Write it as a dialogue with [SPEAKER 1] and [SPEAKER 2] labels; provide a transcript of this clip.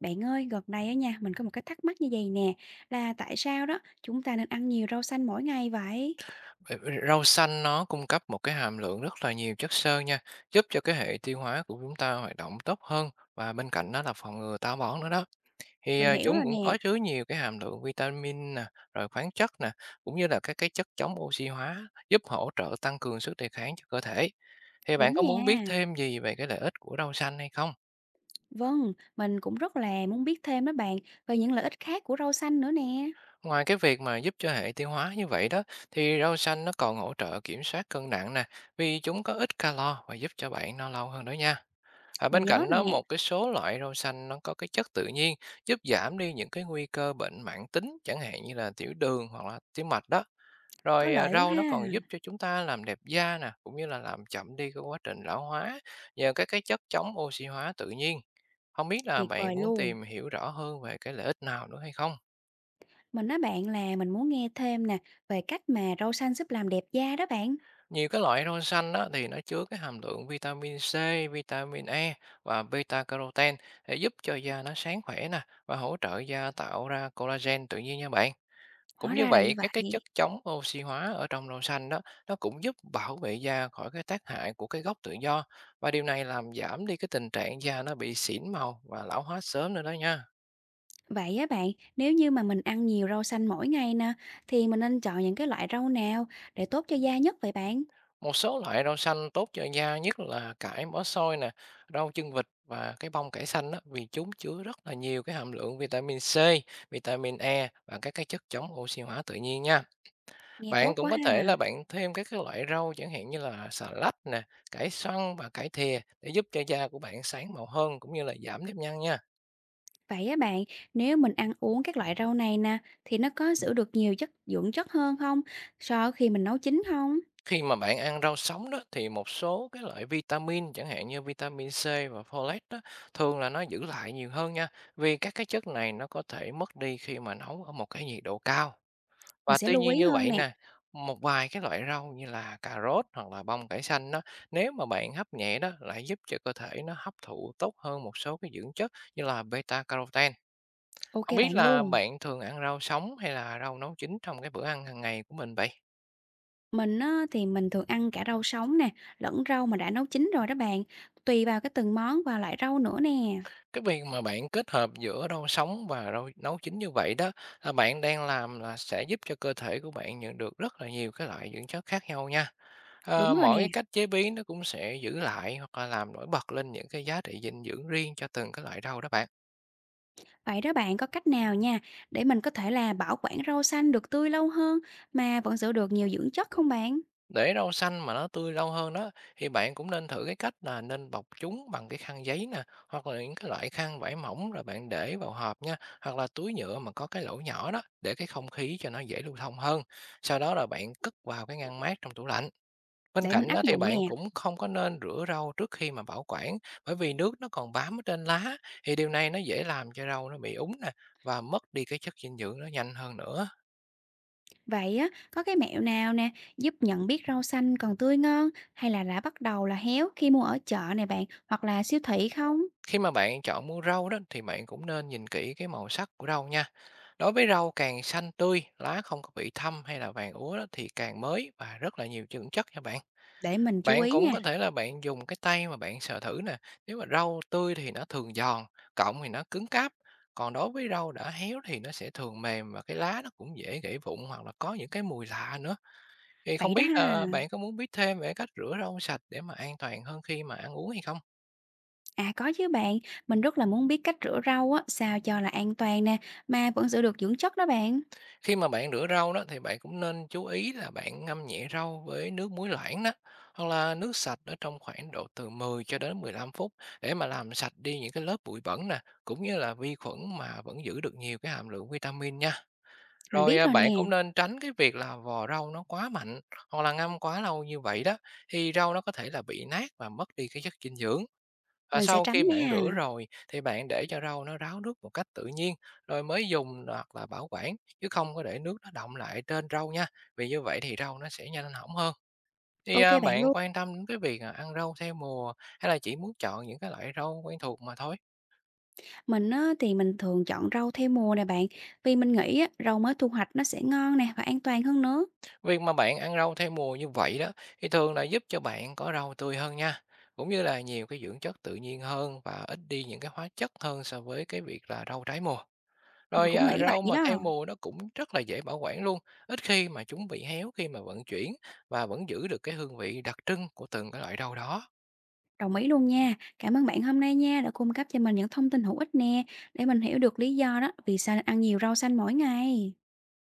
[SPEAKER 1] Bạn ơi, gần đây á nha, mình có một cái thắc mắc như vậy nè, là tại sao đó chúng ta nên ăn nhiều rau xanh mỗi ngày vậy?
[SPEAKER 2] Vậy rau xanh nó cung cấp một cái hàm lượng rất là nhiều chất xơ nha, giúp cho cái hệ tiêu hóa của chúng ta hoạt động tốt hơn và bên cạnh đó là phòng ngừa táo bón nữa đó. Thì,
[SPEAKER 1] Mình hiểu
[SPEAKER 2] chúng
[SPEAKER 1] rồi
[SPEAKER 2] cũng
[SPEAKER 1] nè,
[SPEAKER 2] có chứa nhiều cái hàm lượng vitamin nè, rồi khoáng chất nè, cũng như là các cái chất chống oxy hóa giúp hỗ trợ tăng cường sức đề kháng cho cơ thể. Thì bạn
[SPEAKER 1] đúng
[SPEAKER 2] có muốn
[SPEAKER 1] nha.
[SPEAKER 2] biết thêm gì về cái lợi ích của rau xanh hay không?
[SPEAKER 1] Vâng, mình cũng rất là muốn biết thêm đó bạn, về những lợi ích khác của rau xanh nữa nè.
[SPEAKER 2] Ngoài cái việc mà giúp cho hệ tiêu hóa như vậy đó, thì rau xanh nó còn hỗ trợ kiểm soát cân nặng nè, vì chúng có ít calo và giúp cho bạn no lâu hơn đó nha. À,
[SPEAKER 1] Mình
[SPEAKER 2] bên
[SPEAKER 1] nhớ
[SPEAKER 2] cạnh
[SPEAKER 1] rồi
[SPEAKER 2] đó
[SPEAKER 1] nè,
[SPEAKER 2] một cái số loại rau xanh nó có cái chất tự nhiên giúp giảm đi những cái nguy cơ bệnh mãn tính chẳng hạn như là tiểu đường hoặc là tiểu mạch đó.
[SPEAKER 1] có
[SPEAKER 2] Rồi à,
[SPEAKER 1] lợi quá
[SPEAKER 2] rau nó
[SPEAKER 1] ha,
[SPEAKER 2] còn giúp cho chúng ta làm đẹp da nè, cũng như là làm chậm đi cái quá trình lão hóa nhờ các cái chất chống oxy hóa tự nhiên. Không biết là
[SPEAKER 1] tuyệt
[SPEAKER 2] bạn
[SPEAKER 1] vời
[SPEAKER 2] muốn
[SPEAKER 1] luôn.
[SPEAKER 2] tìm hiểu rõ hơn về cái lợi ích nào nữa hay không?
[SPEAKER 1] Mình nói bạn là mình muốn nghe thêm nè, về cách mà rau xanh giúp làm đẹp da đó bạn.
[SPEAKER 2] Nhiều cái loại rau xanh đó thì nó chứa cái hàm lượng vitamin C, vitamin E và beta caroten để giúp cho da nó sáng khỏe nè và hỗ trợ da tạo ra collagen tự nhiên nha bạn.
[SPEAKER 1] Hóa
[SPEAKER 2] Cũng như
[SPEAKER 1] ra là như
[SPEAKER 2] vậy, các cái chất
[SPEAKER 1] vậy.
[SPEAKER 2] chống oxy hóa ở trong rau xanh đó nó cũng giúp bảo vệ da khỏi cái tác hại của cái gốc tự do và điều này làm giảm đi cái tình trạng da nó bị xỉn màu và lão hóa sớm nữa đó nha.
[SPEAKER 1] Vậy á bạn, nếu như mà mình ăn nhiều rau xanh mỗi ngày nè, thì mình nên chọn những cái loại rau nào để tốt cho da nhất vậy bạn?
[SPEAKER 2] Một số loại rau xanh tốt cho da nhất là cải mỡ xôi nè, rau chân vịt và cái bông cải xanh á, vì chúng chứa rất là nhiều cái hàm lượng vitamin C, vitamin E và các cái chất chống oxy hóa tự nhiên nha.
[SPEAKER 1] Nghe
[SPEAKER 2] Bạn
[SPEAKER 1] tốt
[SPEAKER 2] cũng
[SPEAKER 1] quá
[SPEAKER 2] có thể
[SPEAKER 1] ha.
[SPEAKER 2] là bạn thêm các cái loại rau chẳng hạn như là xà lách nè, cải xoăn và cải thìa để giúp cho da của bạn sáng màu hơn cũng như là giảm nếp nhăn nha.
[SPEAKER 1] Vậy á bạn, nếu mình ăn uống các loại rau này nè, thì nó có giữ được nhiều chất dưỡng chất hơn không? So khi mình nấu chín không?
[SPEAKER 2] Khi mà bạn ăn rau sống đó thì một số cái loại vitamin chẳng hạn như vitamin C và folate đó thường là nó giữ lại nhiều hơn nha, vì các cái chất này nó có thể mất đi khi mà nấu ở một cái nhiệt độ cao.
[SPEAKER 1] Mình
[SPEAKER 2] Và
[SPEAKER 1] sẽ
[SPEAKER 2] tuy
[SPEAKER 1] lưu
[SPEAKER 2] nhiên
[SPEAKER 1] ý
[SPEAKER 2] như
[SPEAKER 1] hơn
[SPEAKER 2] vậy
[SPEAKER 1] nè.
[SPEAKER 2] nè, một vài cái loại rau như là cà rốt hoặc là bông cải xanh đó, nếu mà bạn hấp nhẹ đó lại giúp cho cơ thể nó hấp thụ tốt hơn một số cái dưỡng chất như là beta carotene.
[SPEAKER 1] Ok
[SPEAKER 2] Không biết
[SPEAKER 1] bạn
[SPEAKER 2] là
[SPEAKER 1] luôn.
[SPEAKER 2] bạn thường ăn rau sống hay là rau nấu chín trong cái bữa ăn hàng ngày của mình vậy?
[SPEAKER 1] Mình á, thì mình thường ăn cả rau sống nè, lẫn rau mà đã nấu chín rồi đó bạn. Tùy vào cái từng món và loại rau nữa nè.
[SPEAKER 2] Cái việc mà bạn kết hợp giữa rau sống và rau nấu chín như vậy đó, là bạn đang làm là sẽ giúp cho cơ thể của bạn nhận được rất là nhiều cái loại dưỡng chất khác nhau nha. Ờ,
[SPEAKER 1] Đúng rồi nè.
[SPEAKER 2] mỗi cái cách chế biến nó cũng sẽ giữ lại hoặc là làm nổi bật lên những cái giá trị dinh dưỡng riêng cho từng cái loại rau đó bạn.
[SPEAKER 1] Vậy đó bạn có cách nào nha, để mình có thể là bảo quản rau xanh được tươi lâu hơn mà vẫn giữ được nhiều dưỡng chất không bạn?
[SPEAKER 2] Để rau xanh mà nó tươi lâu hơn đó thì bạn cũng nên thử cái cách là nên bọc chúng bằng cái khăn giấy nè, hoặc là những cái loại khăn vải mỏng rồi bạn để vào hộp nha, hoặc là túi nhựa mà có cái lỗ nhỏ đó để cái không khí cho nó dễ lưu thông hơn. Sau đó là bạn cất vào cái ngăn mát trong tủ lạnh. Bên
[SPEAKER 1] Để mình
[SPEAKER 2] cạnh
[SPEAKER 1] áp
[SPEAKER 2] đó thì
[SPEAKER 1] dụng nè.
[SPEAKER 2] bạn cũng không có nên rửa rau trước khi mà bảo quản, bởi vì nước nó còn bám ở trên lá thì điều này nó dễ làm cho rau nó bị úng nè và mất đi cái chất dinh dưỡng nó nhanh hơn nữa.
[SPEAKER 1] Vậy á, có cái mẹo nào nè giúp nhận biết rau xanh còn tươi ngon hay là đã bắt đầu là héo khi mua ở chợ này bạn hoặc là siêu thị không?
[SPEAKER 2] Khi mà bạn chọn mua rau đó thì bạn cũng nên nhìn kỹ cái màu sắc của rau nha. Đối với rau càng xanh tươi, lá không có bị thâm hay là vàng úa đó, thì càng mới và rất là nhiều dưỡng chất nha bạn.
[SPEAKER 1] Để mình chú
[SPEAKER 2] Bạn
[SPEAKER 1] ý
[SPEAKER 2] cũng
[SPEAKER 1] nha.
[SPEAKER 2] có thể là bạn dùng cái tay mà bạn sờ thử nè. Nếu mà rau tươi thì nó thường giòn, cọng thì nó cứng cáp. Còn đối với rau đã héo thì nó sẽ thường mềm và cái lá nó cũng dễ gãy vụn hoặc là có những cái mùi lạ nữa. Thì
[SPEAKER 1] Vậy
[SPEAKER 2] không
[SPEAKER 1] đó
[SPEAKER 2] biết là
[SPEAKER 1] ha.
[SPEAKER 2] bạn có muốn biết thêm về cách rửa rau sạch để mà an toàn hơn khi mà ăn uống hay không?
[SPEAKER 1] À có chứ bạn, mình rất là muốn biết cách rửa rau á sao cho là an toàn nè mà vẫn giữ được dưỡng chất đó bạn.
[SPEAKER 2] Khi mà bạn rửa rau đó thì bạn cũng nên chú ý là bạn ngâm nhẹ rau với nước muối loãng đó, hoặc là nước sạch ở trong khoảng độ từ 10 cho đến 15 phút để mà làm sạch đi những cái lớp bụi bẩn nè, cũng như là vi khuẩn mà vẫn giữ được nhiều cái hàm lượng vitamin nha.
[SPEAKER 1] Mình
[SPEAKER 2] Rồi
[SPEAKER 1] biết
[SPEAKER 2] à,
[SPEAKER 1] rồi
[SPEAKER 2] bạn
[SPEAKER 1] nè,
[SPEAKER 2] cũng nên tránh cái việc là vò rau nó quá mạnh hoặc là ngâm quá lâu như vậy đó, thì rau nó có thể là bị nát và mất đi cái chất dinh dưỡng. Và
[SPEAKER 1] mình sẽ
[SPEAKER 2] sau
[SPEAKER 1] tránh
[SPEAKER 2] khi bạn
[SPEAKER 1] nha.
[SPEAKER 2] rửa rồi thì bạn để cho rau nó ráo nước một cách tự nhiên rồi mới dùng hoặc là bảo quản, chứ không có để nước nó đọng lại trên rau nha. Vì như vậy thì rau nó sẽ nhanh hỏng hơn. Thì
[SPEAKER 1] Ok
[SPEAKER 2] à,
[SPEAKER 1] bạn
[SPEAKER 2] bạn
[SPEAKER 1] luôn.
[SPEAKER 2] quan tâm đến cái việc à, ăn rau theo mùa hay là chỉ muốn chọn những cái loại rau quen thuộc mà thôi?
[SPEAKER 1] Mình á, thì mình thường chọn rau theo mùa nè bạn, vì mình nghĩ á, rau mới thu hoạch nó sẽ ngon nè và an toàn hơn nữa.
[SPEAKER 2] Việc mà bạn ăn rau theo mùa như vậy đó thì thường là giúp cho bạn có rau tươi hơn nha. Cũng như là nhiều cái dưỡng chất tự nhiên hơn và ít đi những cái hóa chất hơn so với cái việc là rau trái mùa.
[SPEAKER 1] Mình
[SPEAKER 2] Rồi,
[SPEAKER 1] cũng
[SPEAKER 2] à,
[SPEAKER 1] nghĩ
[SPEAKER 2] rau
[SPEAKER 1] vậy
[SPEAKER 2] mà theo
[SPEAKER 1] đó.
[SPEAKER 2] mùa nó cũng rất là dễ bảo quản luôn, ít khi mà chúng bị héo khi mà vận chuyển và vẫn giữ được cái hương vị đặc trưng của từng cái loại rau đó.
[SPEAKER 1] Đồng ý luôn nha. Cảm ơn bạn hôm nay nha đã cung cấp cho mình những thông tin hữu ích nè để mình hiểu được lý do đó vì sao nên ăn nhiều rau xanh mỗi ngày.